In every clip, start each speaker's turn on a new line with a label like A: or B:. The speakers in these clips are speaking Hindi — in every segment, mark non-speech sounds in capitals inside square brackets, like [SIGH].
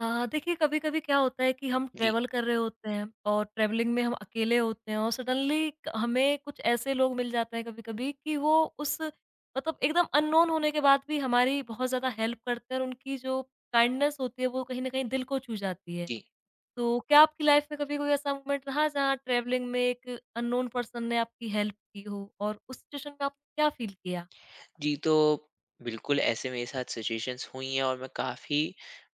A: हाँ, देखिए कभी-कभी क्या होता है कि हम
B: जी,
A: ट्रैवल कर रहे होते हैं और ट्रैवलिंग में हम अकेले होते हैं और सडनली हमें कुछ ऐसे लोग मिल जाते हैं कभी-कभी कि वो उस मतलब एकदम अननोन होने के बाद भी हमारी बहुत ज़्यादा हेल्प करते हैं और उनकी जो काइंडनेस होती है वो कहीं न कहीं दिल को छू जाती है।
B: जी।
A: तो क्या आपकी लाइफ़ में कभी कोई ऐसा मोमेंट रहा जहाँ ट्रैवलिंग में एक अननोन पर्सन ने आपकी हेल्प की हो और उस सिचुएशन में आपने क्या फ़ील किया?
B: जी, तो बिल्कुल ऐसे मेरे साथ सिचुएशंस हुई हैं और मैं काफ़ी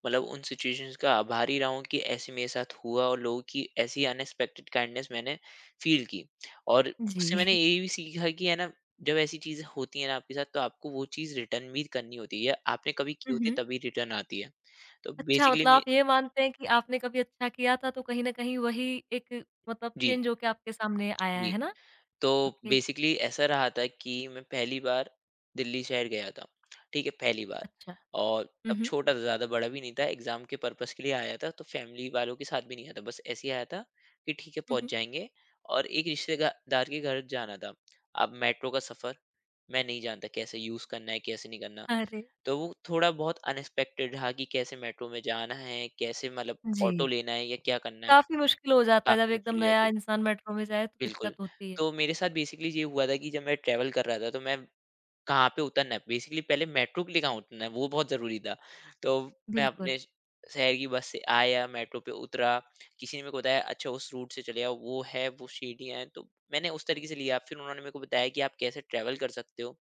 B: मतलब उन सिचुएशंस का आभारी रहा हूँ कि ऐसे मेरे साथ हुआ और लोगों की ऐसी अनएक्सपेक्टेड काइंडनेस मैंने फ़ील की। और उससे मैंने
A: जी।
B: ये भी सीखा कि है ना, जब ऐसी चीज़ें होती हैं ना आपके साथ तो आपको वो चीज़ रिटर्न भी करनी होती है या आपने कभी की होती है तभी रिटर्न आती है। तो
A: अच्छा,
B: बेसिकली
A: मतलब
B: मैं
A: आप ये मानते हैं कि आपने कभी अच्छा किया था, तो कहीं न कहीं वही एक मतलब
B: जी,
A: चेंज होके आपके सामने आया
B: जी।
A: है ना?
B: तो
A: ओके,
B: बेसिकली ऐसा रहा था कि मैं पहली बार दिल्ली शहर गया था। ठीक है, पहली बार
A: अच्छा।
B: और
A: हुँ,
B: तब
A: हुँ।
B: छोटा था, ज़्यादा बड़ा भी नहीं था, एग्ज़ाम के पर्पज़ के लिए आया था, तो फैमिली वालों के साथ भी नहीं आया था। बस ऐसे ही आया था कि ठीक है,
A: हुँ,
B: पहुँच
A: हुँ।
B: जाएँगे और एक रिश्तेदार के घर जाना था। अब मेट्रो का सफ़र मैं नहीं जानता कैसे यूज़ करना है, कैसे नहीं करना।
A: अरे!
B: तो वो थोड़ा बहुत अनएक्सपेक्टेड रहा कि कैसे मेट्रो में जाना है, कैसे मतलब
A: जी,
B: ऑटो लेना है या क्या करना है,
A: काफ़ी मुश्किल हो जाता है जब
B: काफ़ी
A: एकदम
B: मुश्किल हो जाती
A: नया
B: है।
A: इंसान मेट्रो में जाए तो
B: बिल्कुल।
A: दिक्कत होती है।
B: तो मेरे साथ बेसिकली ये हुआ था कि जब मैं ट्रैवल कर रहा था, तो मैं कहाँ पे उतरना है, बेसिकली पहले मेट्रो के लिए कहाँ उतरना है, वो बहुत ज़रूरी था। तो मैं
A: बिल्कुल।
B: अपने श शहर की बस से आया, मेट्रो पे उतरा, किसी ने मेरे को बताया, "अच्छा, उस रूट से चले आओ, वो है, वो सीढ़ियाँ हैं।" तो मैंने उस तरीके से लिया। फिर उन्होंने मेरे को बताया कि आप कैसे ट्रैवल कर सकते हो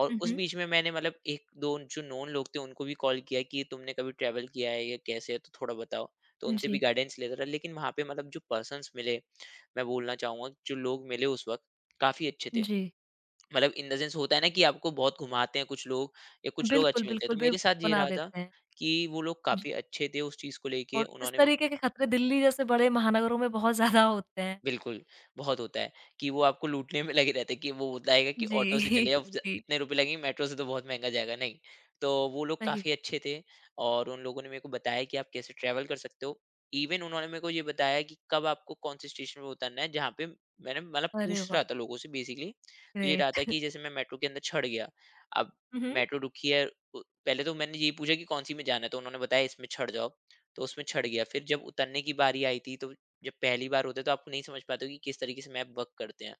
B: और
A: हुँ,
B: उस
A: हुँ।
B: बीच में मैंने मतलब 1-2 जो नोन लोग थे, उनको भी कॉल किया कि, "तुमने कभी ट्रैवल किया है या कैसे है, तो थोड़ा बताओ।" तो उनसे भी
A: जी,
B: गाइडेंस लेता था। लेकिन वहाँ पे मतलब जो पर्सन्स मिले मैं बोलना चाहूँगा जो लोग मिले उस वक़्त काफ़ी अच्छे थे।
A: जी।
B: मतलब इन द सेंस होता है ना कि आपको बहुत घुमाते हैं कुछ लोग या कुछ लोग
A: बिल्कुल,
B: अच्छे मिलते हैं।
A: बिल्कुल,
B: तो मेरे साथ
A: बेवकूफ़
B: ये
A: बना
B: रहा था
A: देते हैं।
B: कि वो लोग
A: जी,
B: काफ़ी अच्छे थे उस चीज़ को लेके।
A: और इस
B: उन्होंने मेरे
A: तरीके के खतरे दिल्ली जैसे बड़े महानगरों में बहुत ज़्यादा होते हैं।
B: बिल्कुल, बहुत होता है कि वो आपको लूटने में लगे रहते हैं कि वो बताएगा कि
A: जी,
B: ऑटो से चले अब
A: [LAUGHS]
B: ज
A: जी,
B: इतने रुपए लगेंगे, मेट्रो से तो बहुत महँगा जाएगा, नहीं। तो वो लोग
A: सही
B: काफ़ी
A: बात।
B: अच्छे थे और उन लोगों ने मेरे को बताया कि आप कैसे ट्रैवल कर सकते हो। इवन उन्होंने मेरे को ये बताया कि कब आपको कौन-से स्टेशन पे उतरना है, जहाँ पे मैंने मतलब
A: अरे
B: पूछ रहा
A: वाह!
B: था लोगों से बेसिकली। तो ये रहा था
A: ग्रेट।
B: कि
A: [LAUGHS]
B: जैसे मैं मेट्रो के अंदर चढ़ गया, अब
A: हुँ, हुँ।
B: मेट्रो रुकी है। उ पहले तो मैंने यही पूछा कि कौन-सी में जाना है, तो उन्होंने बताया इसमें चढ़ जाओ, तो उसमें चढ़ गया। फिर जब उतरने की बारी आई थी, तो जब पहली बार होता है तो आपको नहीं समझ पाते हो कि किस तरीके से मैप वर्क करते हैं।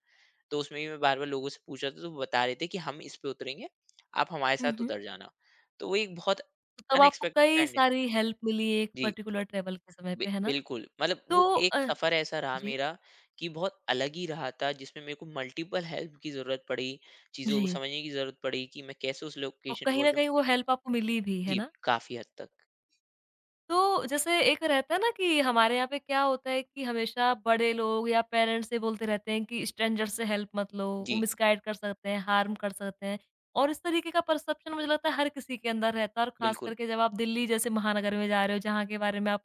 B: तो उसमें भी मैं बार-बार लोगों से पूछ रहा था तो वो बता रहे थे कि हम इस पे उतरेंगे, आप हमारे
A: हुँ,
B: साथ
A: हुँ।
B: उतर जाना। तो वो एक बहुत
A: तब आपको
B: अनएक्सपेक्टेड
A: कई
B: एंडिंग।
A: सारी हेल्प मिली एक
B: जी,
A: पर्टिकुलर ट्रैवल के समय
B: बि
A: पे, है ना?
B: बिल्कुल। मतलब
A: तो
B: वो एक
A: अ,
B: सफ़र ऐसा रहा
A: जी,
B: मेरा कि बहुत अलग ही रहा था, जिसमें मेरे को मल्टीपल हेल्प की ज़रूरत पड़ी, चीज़ों को
A: जी,
B: समझने की ज़रूरत पड़ी कि मैं कैसे उस
A: और
B: लोकेशन
A: कहीं न
B: पहुँचूँ।
A: कहीं वो हेल्प आपको मिली भी, है
B: जी,
A: ना?
B: काफ़ी हद तक।
A: तो जैसे एक रहता है ना कि हमारे यहाँ पे क्या होता है कि हमेशा बड़े लोग या पेरेंट्स ये बोलते रहते हैं कि स्ट्रेंजर से हेल्प मत लो, वो
B: जी,
A: मिसगाइड कर सकते हैं, हार्म कर सकते हैं और इस तरीके का परसेप्शन मुझे लगता है हर किसी के अंदर रहता है और ख़ास
B: बिल्कुल।
A: करके जब आप दिल्ली जैसे महानगर में जा रहे हो, जहाँ के बारे में आप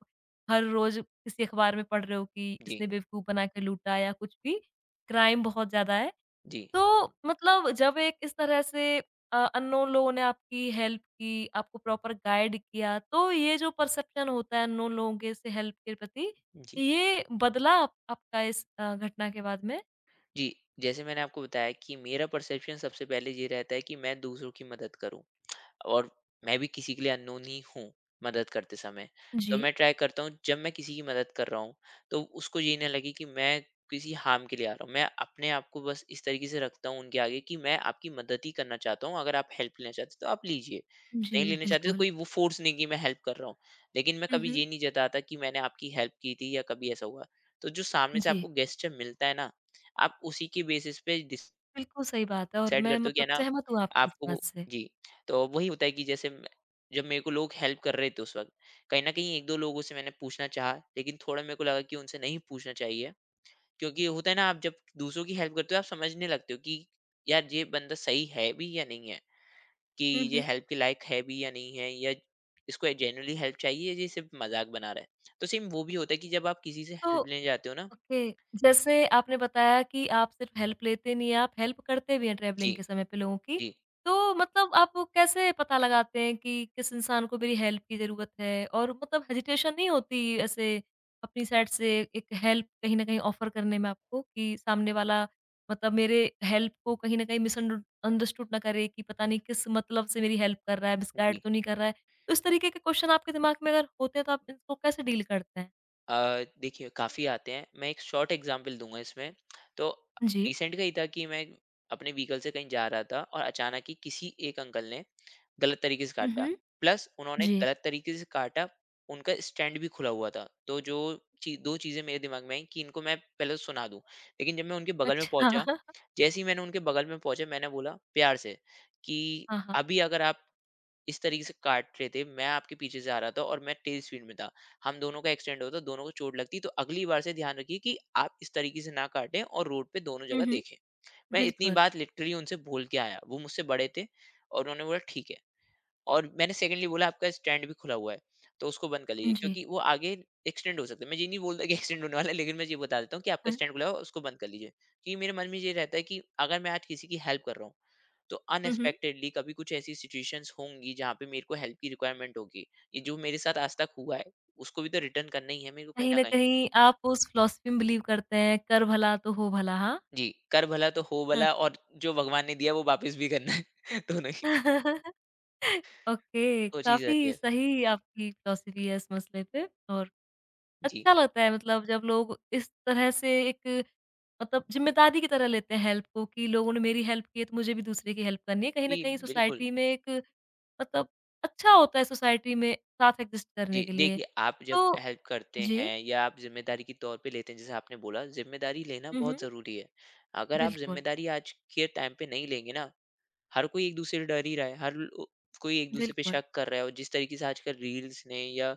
A: हर रोज़ किसी अख़बार में पढ़ रहे हो कि
B: जी,
A: इसने बेवकूफ़ बना के लूटा या कुछ भी, क्राइम बहुत ज़्यादा है।
B: जी,
A: तो मतलब जब एक इस तरह से अननोन लोगों ने आपकी हेल्प की, आपको प्रॉपर गाइड किया, तो ये जो परसेप्शन होता है अननोन लोगों के से हेल्प के प्रति,
B: जी।
A: ये बदला आप आपका इस घटना के बाद में?
B: जी, जैसे मैंने आपको बताया कि मेरा परसेप्शन सबसे पहले ये रहता है कि मैं दूसरों की मदद करूँ। और मैं भी किसी के लिए अननोन ही हूँ मदद करते समय। तो
A: जी।
B: मैं ट्राई करता हूँ जब मैं किसी की मदद कर रहा हूँ तो उसको ये ना लगे कि मैं किसी हार्म के लिए आ रहा हूँ। मैं अपने आप को बस इस तरीके से रखता हूँ उनके आगे कि मैं आपकी मदद ही करना चाहता हूँ। अगर आप हेल्प लेना चाहते हो तो आप लीजिए, नहीं
A: जी,
B: लेना चाहते तो
A: बिल्कुल।
B: कोई वो फोर्स नहीं कि मैं हेल्प कर रहा हूँ। लेकिन मैं
A: हुँ,
B: कभी
A: हुँ।
B: ये नहीं जताता कि मैंने आपकी हेल्प की थी या कभी ऐसा हुआ। तो जो सामने से
A: जी,
B: आपको गेस्चर मिलता है ना, आप उसी के बेसिस पे डिस
A: बिल्कुल सही बात है और
B: सेट
A: मैं
B: करते हो कि है
A: मतलब
B: ना,
A: सहमत हूँ आपकी इस
B: आपको
A: बात
B: वो।
A: से।
B: जी, तो वही होता है कि जैसे मैं जब मेरे को लोग हेल्प कर रहे थे उस वक़्त, कहीं न कहीं 1-2 लोगों से मैंने पूछना चाहा, लेकिन थोड़ा मेरे को लगा कि उनसे नहीं पूछना चाहिए। क्योंकि होता है ना, आप जब दूसरों की हेल्प करते हो आप समझने लगते हो कि यार ये बंदा सही है भी या नहीं है, कि
A: हुँ,
B: ये
A: हुँ।
B: हेल्प के लायक है भी या नहीं है, या इसको जेन्युइनली हेल्प चाहिए या ये सिर्फ़ मज़ाक बना रहा है। तो सेम वो भी होता है कि जब आप किसी से
A: तो
B: हेल्प लेने जाते हो ना।
A: ओके, जैसे आपने बताया कि आप सिर्फ़ हेल्प लेते नहीं हैं, आप हेल्प करते भी हैं
B: जी,
A: ट्रैवलिंग के समय पे लोगों की।
B: जी,
A: तो मतलब आप वो कैसे पता लगाते हैं कि किस इंसान को मेरी हेल्प की ज़रूरत है? और मतलब हेजिटेशन नहीं होती ऐसे अपनी साइड से एक हेल्प कहीं न कहीं ऑफ़र करने में आपको कि सामने वाला मतलब मेरे हेल्प को कहीं न कहीं मिसअंडर अंडरस्टूड ना करे कि पता नहीं किस मतलब से मेरी हेल्प कर रहा है, मिसगाइड
B: जी।
A: तो नहीं कर रहा है? तो इस तरीके के क्वेश्चन आपके दिमाग में अगर होते हैं तो आप इनको कैसे डील करते हैं?
B: देखिए काफ़ी आते हैं। मैं एक शॉर्ट एग्ज़ाम्पल दूँगा इसमें। तो
A: जी।
B: रिसेंट का ही था कि मैं अपने व्हीकल से कहीं जा रहा था और अचानक ही किसी एक अंकल ने गलत तरीके से
A: हुँ,
B: काटा।
A: हुँ।
B: प्लस उन्होंने
A: जी।
B: गलत तरीके से काटा, उनका स्टैंड भी खुला हुआ था। तो जो ची 2 चीज़ें मेरे दिमाग में आईं कि इनको मैं पहले तो सुना दूँ। लेकिन जब मैं उनके बगल में
A: अच्छा।
B: पहुँचा,
A: [LAUGHS]
B: जैसे ही मैंने उनके बगल में पहुँचा मैंने बोला प्यार से कि,
A: हाँ, हाँ।
B: "अभी अगर आप इस तरीके से काट रहे थे, मैं आपके पीछे से आ रहा था और मैं तेज स्पीड में था, हम दोनों का एक्सीडेंट होता, दोनों को चोट लगती, तो अगली बार से ध्यान रखिए कि आप इस तरीके से ना काटें और रोड पे दोनों
A: हुँ,
B: जगह
A: हुँ।
B: देखें।" मैं इतनी
A: बिल्कुल।
B: बात लिटरली उनसे बोल के आया, वो मुझसे बड़े थे और उन्होंने बोला ठीक है। और मैंने सेकंडली बोला आपका स्टैंड भी खुला हुआ है, तो उसको बंद कर लीजिए
A: जी।
B: क्योंकि वो आगे एक्सीडेंट हो सकता है। मैं ये नहीं बोलता कि एक्सीडेंट होने वाला है, लेकिन मैं ये बता देता हूँ कि आपका
A: हाँ।
B: स्टैंड खुला हुआ है, उसको बंद कर लीजिए। कि मेरे मन में ये रहता है कि अगर मैं आज किसी की हेल्प कर रहा हूँ, तो
A: हुँ, हुँ।
B: अनएक्सपेक्टेडली कभी कुछ ऐसी सिचुएशंस होंगी जहाँ पे मेरे को हेल्प की रिक्वायरमेंट होगी। ये जो मेरे साथ आज तक हुआ है, उसको भी तो रिटर्न करना ही है मेरे को कहीं
A: कहीं
B: न
A: न
B: कहीं।
A: कहीं आप उस फ़िलॉसफ़ी में बिलीव करते हैं, कर भला तो हो भला, हाँ?
B: जी, कर भला तो हो
A: हाँ।
B: भला, और जो भगवान ने दिया है वो वापस भी करना है। [LAUGHS] दोनों ही
A: [LAUGHS] ओके,
B: वो चीज़ रहती
A: काफ़ी
B: है।
A: सही आपकी फ़िलॉसफ़ी है इस मसले पे और
B: जी।
A: अच्छा लगता है मतलब जब लोग इस तरह से एक मतलब ज़िम्मेदारी की तरह लेते हैं हेल्प को कि लोगों ने मेरी हेल्प की है तो मुझे भी दूसरे की हेल्प करनी है। कहीं न
B: जी,
A: कहीं
B: बिल्कुल।
A: सोसाइटी में एक मतलब अच्छा होता है सोसाइटी में साथ एग्ज़िस्ट
B: जी,
A: करने के लिए।
B: देखिए आप जब
A: तो
B: हेल्प करते
A: जी।
B: हैं या आप ज़िम्मेदारी के तौर पे लेते हैं, जैसे आपने बोला, ज़िम्मेदारी लेना
A: हुँ,
B: बहुत
A: हुँ।
B: ज़रूरी है। अगर आप
A: बिल्कुल,
B: ज़िम्मेदारी आज के टाइम पे नहीं लेंगे ना, हर कोई एक-दूसरे से डर ही रहा है, हर लो कोई एक-दूसरे पे
A: बिल्कुल।
B: शक कर रहा है, और जिस तरीके से आजकल रील्स ने या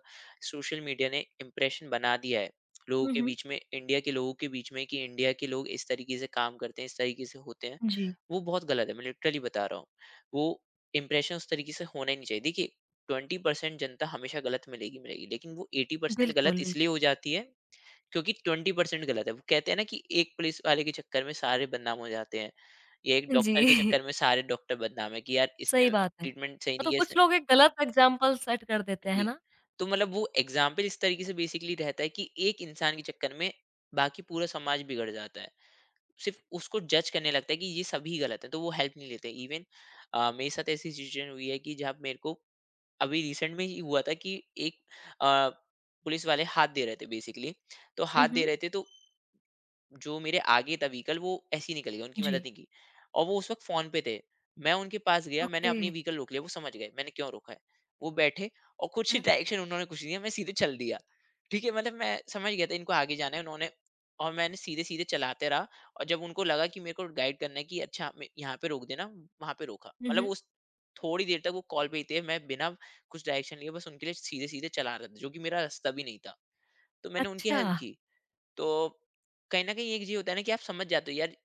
B: सोशल मीडिया ने इम्प्रेशन बना दिया है, लोगों
A: हुँ,
B: के
A: हुँ।
B: बीच में, इंडिया के लोगों के बीच में कि इंडिया के लोग इस तरीके से काम करते हैं, इस तरीके से होते हैं,
A: जी,
B: वो बहुत गलत है। मैं लिटरली बता रहा हूँ, वो इम्प्रेशन उस तरीके से होना ही नहीं चाहिए। देखिए, 20% जनता हमेशा गलत मिलेगी, मिलेगी, लेकिन वो 80% गलत
A: बिल्कुल,
B: इसलिए
A: बिल्कुल।
B: हो जाती है क्योंकि 20% गलत है। वो कहते हैं ना कि एक पुलिस वाले के चक्कर में सारे बदनाम हो जाते हैं, या एक
A: जी,
B: डॉक्टर के चक्कर
A: [LAUGHS]
B: में सारे डॉक्टर बदनाम है कि यार
A: सही
B: इसने
A: बात है।
B: ट्रीटमेंट सही
A: हाँ,
B: नहीं
A: तो
B: किया, इसने।
A: कुछ लोग एक गलत एग्ज़ाम्पल सेट कर देते हैं, है
B: जी।
A: ना?
B: तो मतलब वो एग्ज़ाम्पल इस तरीके से बेसिकली रहता है कि एक इंसान के चक्कर में बाकी पूरा समाज बिगड़ जाता है। सिर्फ़ उसको जज करने लगता है कि ये सभी गलत हैं, तो वो हेल्प नहीं लेते। इवन मेरे साथ ऐसी सिचुएशन हुई है कि जहाँ मेरे को अभी रिसेंट में ही हुआ था कि एक अ, पुलिस वाले हाथ दे रहे थे बेसिकली, तो
A: हुँ,
B: हाथ दे
A: हुँ।
B: रहे थे, तो जो मेरे आगे था व्हीकल वो ऐसे ही निकल गया, उनकी मदद
A: जी,
B: नहीं की, और वो उस वक़्त फ़ोन पे थे। मैं उनके पास गया, मैंने
A: ओके।
B: अपनी व्हीकल रोक लिया, वो समझ गए मैंने क्यों रोका है। वो बैठे और कुछ
A: हाँ।
B: [LAUGHS] डायरेक्शन उन्होंने कुछ नहीं दिया, मैं सीधे चल दिया। ठीक है, मतलब मैं समझ गया था इनको आगे जाना है, उन्होंने और मैंने सीधे-सीधे चलाते रहा, और जब उनको लगा कि मेरे को गाइड करना है कि अच्छा मैं यहाँ पे रोक देना, वहाँ पे रोका।
A: हुँ,
B: मतलब
A: हुँ।
B: उस थोड़ी देर तक वो कॉल पे ही थे, मैं बिना कुछ डायरेक्शन लिए बस उनके लिए सीधे-सीधे चला रहा था, जो कि मेरा रास्ता भी नहीं था। तो मैंने उनकी
A: अच्छा।
B: हेल्प की। तो कहीं ना कहीं एक चीज होता है ना कि आप समझ जाते हो यार,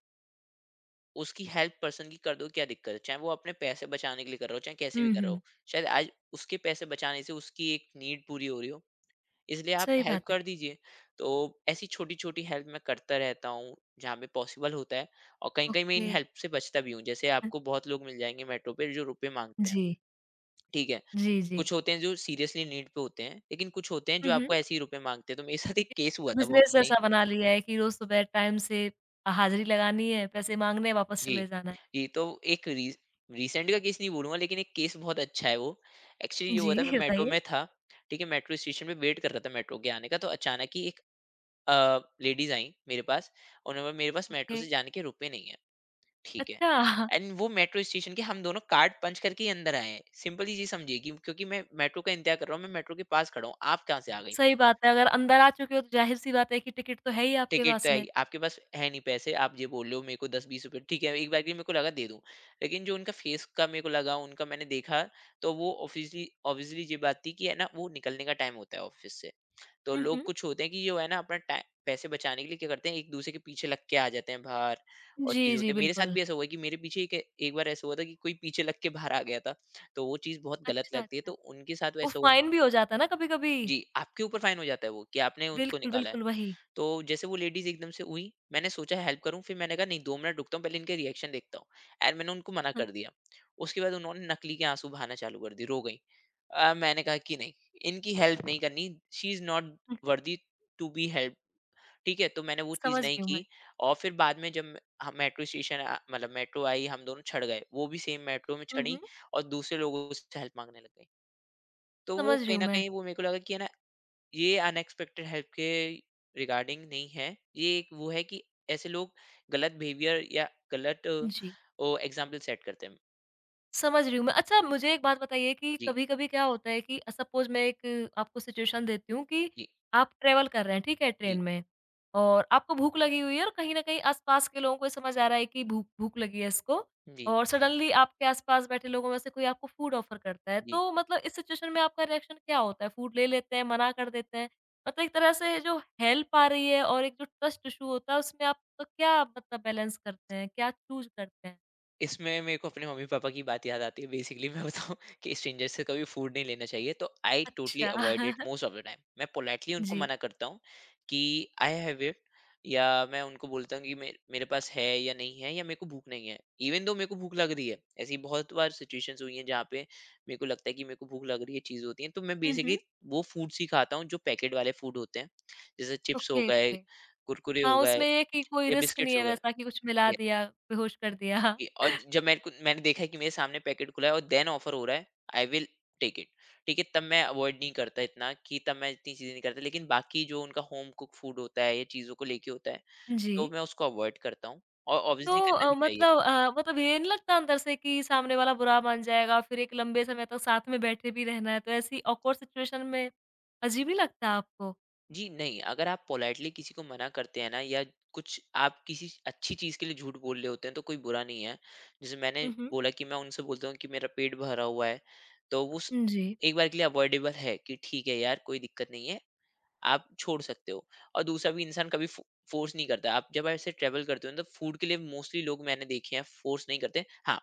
B: उसकी हेल्प पर्सन की कर दो, क्या दिक्कत है, चाहे वो अपने पैसे बचाने के लिए कर रहा हो, चाहे कैसे भी
A: हुँ,
B: कर रहा हो,
A: हुँ।
B: शायद आज उसके पैसे बचाने से उसकी एक नीड पूरी हो रही हो, इसलिए आप
A: सही
B: हेल्प
A: बात है।
B: कर दीजिए। तो ऐसी छोटी छोटी हेल्प मैं करता रहता हूँ जहाँ पे पॉसिबल होता है। और कहीं कहीं मैं इन
A: ओके।
B: हेल्प से बचता भी हूँ। जैसे
A: हाँ।
B: आपको बहुत लोग मिल जाएंगे मेट्रो पे जो रुपए मांगते हैं।
A: जी,
B: ठीक है,
A: जी, जी।
B: कुछ होते हैं जो सीरियसली नीड पे होते हैं, लेकिन कुछ होते हैं
A: हुँ,
B: जो आपको
A: हुँ।
B: ऐसे ही रुपए मांगते हैं। तो मेरे साथ एक केस हुआ था बहुत।
A: बिज़नेस ऐसा बना लिया है कि रोज़ सुबह टाइम से हाज़िरी लगानी है, पैसे माँगने वापस
B: जी,
A: चले जाना है।
B: जी, तो एक री रिसेंट का केस नहीं बोलूँगा, लेकिन एक केस बहुत अच्छा है वो। एक्चुअली ये हुआ
A: जी,
B: था, मैं
A: [LAUGHS]
B: मेट्रो
A: बताइए।
B: में था, ठीक है? मेट्रो स्टेशन पे वेट कर रहा था मेट्रो के आने का। तो अचानक ही एक लेडीज़ आईं मेरे पास। उन्होंने बोला मेरे पास मेट्रो
A: ओके,
B: से जाने के रुपए नहीं है, ठीक है?
A: अच्छा।
B: एंड वो मेट्रो स्टेशन के हम दोनों कार्ड पंच करके ही अंदर आए हैं। सिंपल सी चीज़ समझिए कि क्योंकि मैं मेट्रो का इंतज़ार कर रहा हूँ, मैं मेट्रो के पास खड़ा हूँ, आप कहाँ से आ गई?
A: सही बात है, अगर अंदर आ चुके हो तो ज़ाहिर-सी बात है कि टिकट तो है ही आपके
B: टिकट तो
A: पास
B: है
A: में।
B: ही, आपके पास है नहीं पैसे। आप ये बोल रहे हो मेरे को दस बीस रुपए, ठीक है एक बार के लिए मेरे को लगा दे दूं। लेकिन जो उनका फेस का मेरे को लगा उनका मैंने देखा, तो वो ऑब्वियसली ऑब्वियसली ये बात थी कि है ना, वो निकलने का टाइम होता है ऑफिस से। तो
A: हुँ,
B: लोग
A: हुँ।
B: कुछ होते हैं कि जो है ना, अपना टाइम पैसे बचाने के लिए क्या करते हैं, एक दूसरे के पीछे लग के आ जाते हैं बाहर। और
A: जी,
B: चीज
A: जी,
B: होती है, मेरे साथ
A: बिल्कुल।
B: भी ऐसा हुआ है कि मेरे पीछे एक बार ऐसा हुआ था कि कोई पीछे लग के बाहर आ गया था। तो वो चीज बहुत गलत
A: अच्छा,
B: लगती है,
A: अच्छा।
B: तो उनके साथ
A: वो
B: वैसा हुआ।
A: फाइन भी हो जाता है ना कभी-कभी।
B: जी, आपके ऊपर फाइन हो जाता है वो कि आपने उसको
A: बिल्कुल,
B: निकाला है।
A: बिल्कुल, वही।
B: तो जैसे वो लेडीज़ एकदम से हुई, मैंने सोचा हेल्प करूँ, फिर मैंने कहा नहीं 2 मिनट रुकता हूँ, पहले इनके रिएक्शन देखता हूँ। एंड मैंने उनको मना
A: हाँ।
B: कर दिया। उसके बाद उन्होंने नकली के आँसू बहाना चालू कर दिए, रो गईं। मैंने कहा कि नहीं, इनकी हेल्प नहीं करनी, she is not
A: hmm, hmm.
B: Worthy to be helped, ठीक है? तो मैंने वो चीज़
A: समझ
B: नहीं
A: रही हूँ मैं।
B: की। और फिर बाद में जब हम मेट्रो स्टेशन मतलब मेट्रो आई, हम दोनों चढ़ गए। वो भी सेम मेट्रो में
A: हुँ,
B: चढ़ी
A: हुँ,
B: और दूसरे लोगों से हेल्प माँगने लग गईं। तो वो
A: समझ रही
B: कहीं
A: हूँ
B: न
A: मैं।
B: कहीं वो मेरे को लगा कि है ना, ये अनएक्सपेक्टेड हेल्प के रिगार्डिंग नहीं है। ये एक वो है कि ऐसे लोग गलत बिहेवियर या गलत
A: जी।
B: एग्ज़ाम्पल सेट करते हैं।
A: समझ रही हूँ मैं। अच्छा मुझे एक बात बताइए कि
B: जी,
A: कभी-कभी क्या होता है कि सपोज़ मैं एक आपको सिचुएशन देती हूँ कि
B: जी,
A: आप ट्रैवल कर रहे हैं, ठीक है,
B: जी,
A: ट्रेन में और आपको भूख लगी हुई है और कहीं न कहीं आस-पास के लोगों को ये समझ आ रहा है कि भूख भूख लगी है इसको
B: जी,
A: और सडनली आपके आस-पास बैठे लोगों में से कोई आपको फूड ऑफ़र करता है।
B: जी।
A: तो मतलब इस सिचुएशन में आपका रिएक्शन क्या होता है? फूड ले लेते हैं, मना कर देते हैं? मतलब एक तरह से जो हेल्प आ रही है और एक जो ट्रस्ट इश्यू होता है उसमें आप तो क्या मतलब बैलेंस करते हैं? क्या चूज़ करते हैं?
B: इसमें मेरे को अपने मम्मी-पापा की बात याद आती है, बेसिकली मैं बताऊँ [LAUGHS] कि स्ट्रेंजर से कभी फ़ूड नहीं लेना चाहिए। तो आई टोटली
A: अच्छा।
B: Avoid it
A: [LAUGHS]
B: most of the time. मैं पोलाइटली उनको
A: जी।
B: मना करता हूँ कि आई हैव इट, या मैं उनको बोलता हूँ कि मे मेरे पास है या नहीं है, या मेरे को भूख नहीं है। इवन दो मेरे को भूख लग रही है, ऐसी बहुत बार सिचुएशंस हुई हैं जहाँ पे मेरे को लगता है कि मेरे को भूख लग रही है, चीज़ होती है, तो मैं
A: हुँ,
B: बेसिकली
A: हुँ।
B: वो फूड्स ही खाता हूँ जो पैकेट वाले फूड होते हैं। जैसे चिप्स हो
A: ओके,
B: गए,
A: ओके।
B: कुरकुरे
A: हाँ,
B: हो गए,
A: उसमें ये है कि कोई
B: या
A: रिस्क नहीं
B: बिस्किट्स हो
A: है
B: गए।
A: वैसा कि कुछ मिला दिया, बेहोश कर दिया।
B: कि और
A: [LAUGHS]
B: जब मेरे को मैंने देखा है कि मेरे सामने पैकेट खुला है और देन ऑफर हो रहा है, आई विल टेक इट। ठीक है, तब मैं अवॉइड नहीं करता इतना, कि तब मैं इतनी चीज़ें नहीं करता। लेकिन बाकी जो उनका होम कुक फूड होता है या चीज़ों को लेके होता है, तो
A: जी,
B: मैं उसको अवॉइड करता हूँ, और
A: तो
B: ऑब्वियसली करना भी चाहिए।
A: मतलब मतलब ये नहीं लगता अंदर से कि सामने वाला बुरा मान जाएगा, फिर एक लंबे समय तक साथ में बैठे भी रहना है, तो ऐसी ऑकवर्ड सिचुएशन में अजीब नहीं लगता आपको?
B: जी नहीं, अगर आप पोलाइटली किसी को मना करते हैं ना, या कुछ आप किसी अच्छी चीज़ के लिए झूठ बोल रहे होते हैं, तो कोई बुरा नहीं है। जैसे मैंने
A: हुँ, हुँ।
B: बोला कि मैं उनसे बोलता हूँ कि मेरा पेट भरा हुआ है, तो वो स
A: जी,
B: एक बार के लिए अवॉइडेबल है कि ठीक है यार, कोई दिक्कत नहीं है। आप छोड़ सकते हो, और दूसरा भी इंसान कभी फोर्स नहीं करता। आप जब ऐसे ट्रेवल करते हो ना, तो फूड के लिए मोस्टली लोग मैंने देखे हैं फोर्स नहीं करते, हाँ।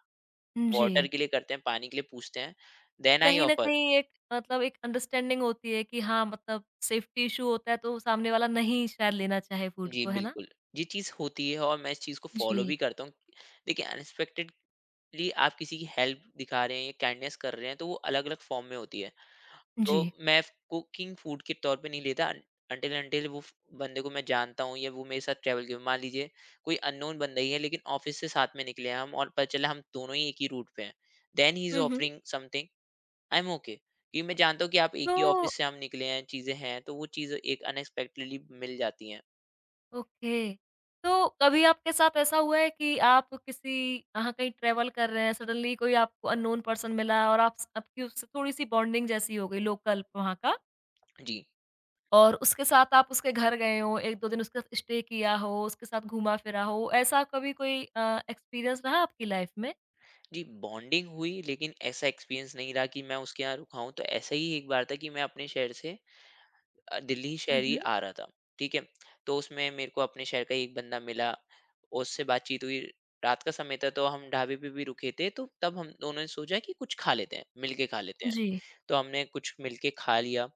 A: जी।
B: वाटर के लिए करते हैं, पानी के लिए पूछते हैं, देन आई
A: कहीं न
B: ऑफर।
A: कहीं एक मतलब एक अंडरस्टैंडिंग होती है कि हाँ, मतलब सेफ्टी इश्यू होता है, तो सामने वाला नहीं शायद लेना चाहे फूड
B: जी
A: को, है ना?
B: बिल्कुल, ये चीज होती है और मैं इस चीज को फॉलो भी
A: जी,
B: करता हूँ। देखिए अनएक्सपेक्टेड लिए आप किसी की हेल्प दिखा रहे हैं या काइंडनेस कर रहे हैं, तो वो अलग अलग फॉर्म में होती है। तो
A: जी।
B: मैं कुकिंग फूड के तौर पे नहीं लेता अंटिल अंटिल बंदे को मैं जानता हूँ या वो मेरे साथ ट्रैवल किया। मान लीजिए कोई अननोन बंदा ही है, लेकिन ऑफिस से साथ में निकले हैं हम और पता चला हम दोनों ही एक ही रूट पे हैं, then he is
A: hmm, hmm.
B: Offering something, I am okay. क्योंकि मैं जानता हूँ कि आप एक ही
A: तो
B: ऑफिस से हम निकले हैं, चीजें हैं, तो वो चीज़ एक अनएक्सपेक्टेडली मिल जाती हैं।
A: ओके। तो कभी आपके साथ ऐसा हुआ है कि आप किसी अहाँ कहीं ट्रैवल कर रहे हैं, सडनली कोई आपको अननोन पर्सन मिला और आप स आपकी उससे थोड़ी-सी बॉन्डिंग जैसी हो गई लोकल वहाँ का
B: जी।
A: और उसके साथ आप उसके घर गए हो, 1-2 दिन उसके साथ स्टे किया हो, उसके साथ घूमा-फिरा हो, ऐसा कभी कोई एक्सपीरियंस रहा आपकी लाइफ़ में?
B: जी, बॉन्डिंग हुई, लेकिन ऐसा एक्सपीरियंस नहीं रहा कि मैं उसके यहाँ रुका हूँ। तो ऐसा ही एक बार था कि मैं अपने शहर से दिल्ली
A: हुँ,
B: शहर ही
A: हुँ।
B: आ रहा था, ठीक है? तो उसमें मेरे को अपने शहर का एक बंदा मिला, उससे बातचीत हुई। रात का समय था तो हम ढाबे पे भी रुके थे, तो तब हम दोनों ने सोचा कि कुछ खा लेते हैं, मिल के खा लेते हैं।
A: जी।
B: तो हमने कुछ मिलके खा लिया।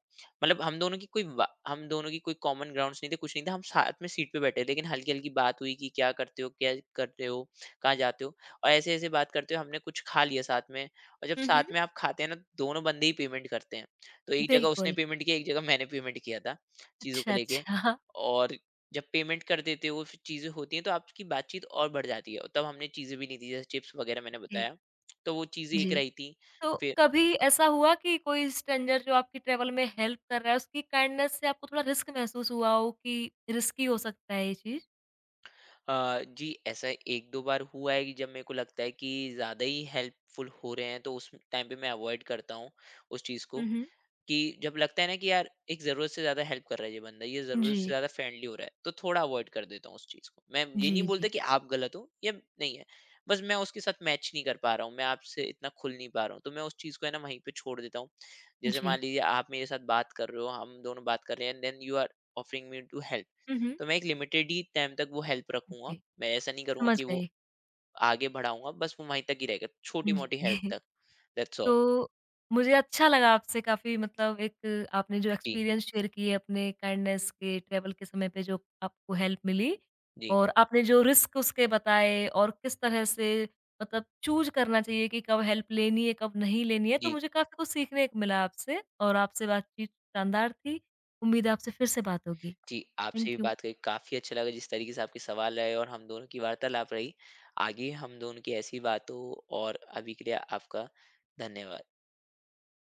B: मतलब हम दोनों की कोई कॉमन ग्राउंड्स नहीं थे, कुछ नहीं था। हम साथ में सीट पे बैठे, लेकिन हल्की-हल्की बात हुई कि क्या करते हो, कहाँ जाते हो? और ऐसे-ऐसे बात करते हुए हमने कुछ खा लिया साथ में, और जब
A: हुँ, हुँ।
B: साथ में आप खाते हैं ना, तो दोनों बंदे ही पेमेंट करते हैं। तो एक जगह उसने
A: बिल्कुल।
B: पेमेंट किया, एक जगह मैंने पेमेंट किया था, चीज़ों को
A: अच्छा,
B: लेके।
A: अच्छा। [LAUGHS]
B: और जब पेमेंट कर देते हो, फिर चीज़ें होती हैं, तो आपकी बातचीत और बढ़ जाती है, और तब हमने चीज़ें भी नहीं दी, जैसे चिप्स वगैरह मैंने
A: ओके,
B: बताया। तो वो चीज़ें एक
A: जी।
B: रही थी।
A: तो
B: फिर
A: कभी ऐसा हुआ कि कोई स्ट्रेंजर जो आपकी ट्रैवल में हेल्प कर रहा है, उसकी काइंडनेस से आपको थोड़ा रिस्क महसूस हुआ हो कि रिस्की हो सकता है ये चीज़?
B: जी ऐसा 1-2 बार हुआ है कि जब मेरे को लगता है कि ज़्यादा ही हेल्पफुल हो रहे हैं, तो उस टाइम पे मैं अवॉइड करता हूँ उस चीज़ को।
A: हुँ, हुँ।
B: कि जब लगता है ना कि यार एक ज़रूरत से ज़्यादा हेल्प कर रहा है ये बंदा, ये ज़रूरत से
A: जी।
B: ज़्यादा फ्रेंडली हो रहा है, तो थोड़ा अवॉइड कर देता हूँ उस चीज़ को। मैं ये
A: जी,
B: नहीं बोलता
A: जी।
B: कि आप गलत हो या नहीं है, बस मैं उसके साथ मैच नहीं कर पा रहा हूँ, मैं आपसे इतना खुल नहीं पा रहा हूँ, तो मैं उस चीज़ को है ना वहीं पे छोड़ देता हूँ। जैसे
A: जी।
B: मान लीजिए आप मेरे साथ बात कर रहे हो, हम दोनों बात कर रहे हैं, and then you are offering me to help.
A: Hmm, hmm.
B: तो मैं एक लिमिटेड ही टाइम तक वो हेल्प रखूंगा।
A: जी,
B: मैं ऐसा नहीं करूंगा
A: समझ
B: कि वो
A: गई।
B: आगे बढ़ाऊंगा, बस वो वहीं तक ही रहेगा, छोटी मोटी हेल्प
A: जी।
B: तक। That's all.
A: तो मुझे अच्छा लगा आपसे काफ़ी मतलब एक आपने जो
B: जी,
A: एक्सपीरियंस शेयर किए अपने काइंडनेस के, ट्रैवल के समय पे जो आपको हेल्प मिली
B: जी,
A: और आपने जो रिस्क उसके बताए और किस तरह से मतलब चूज़ करना चाहिए कि कब हेल्प लेनी है, कब नहीं लेनी है, तो
B: जी,
A: मुझे काफ़ी कुछ सीखने को मिला आपसे और आपसे बातचीत शानदार थी। उम्मीद है आपसे फिर से बात होगी।
B: जी। आपसे भी
A: थैंक यू।
B: बात करके काफी अच्छा लगा, जिस तरीके से आपके सवाल रहे और हम दोनों की वार्तालाप रही। आगे हम दोनों की ऐसी बातों, और अभी के लिए आपका धन्यवाद।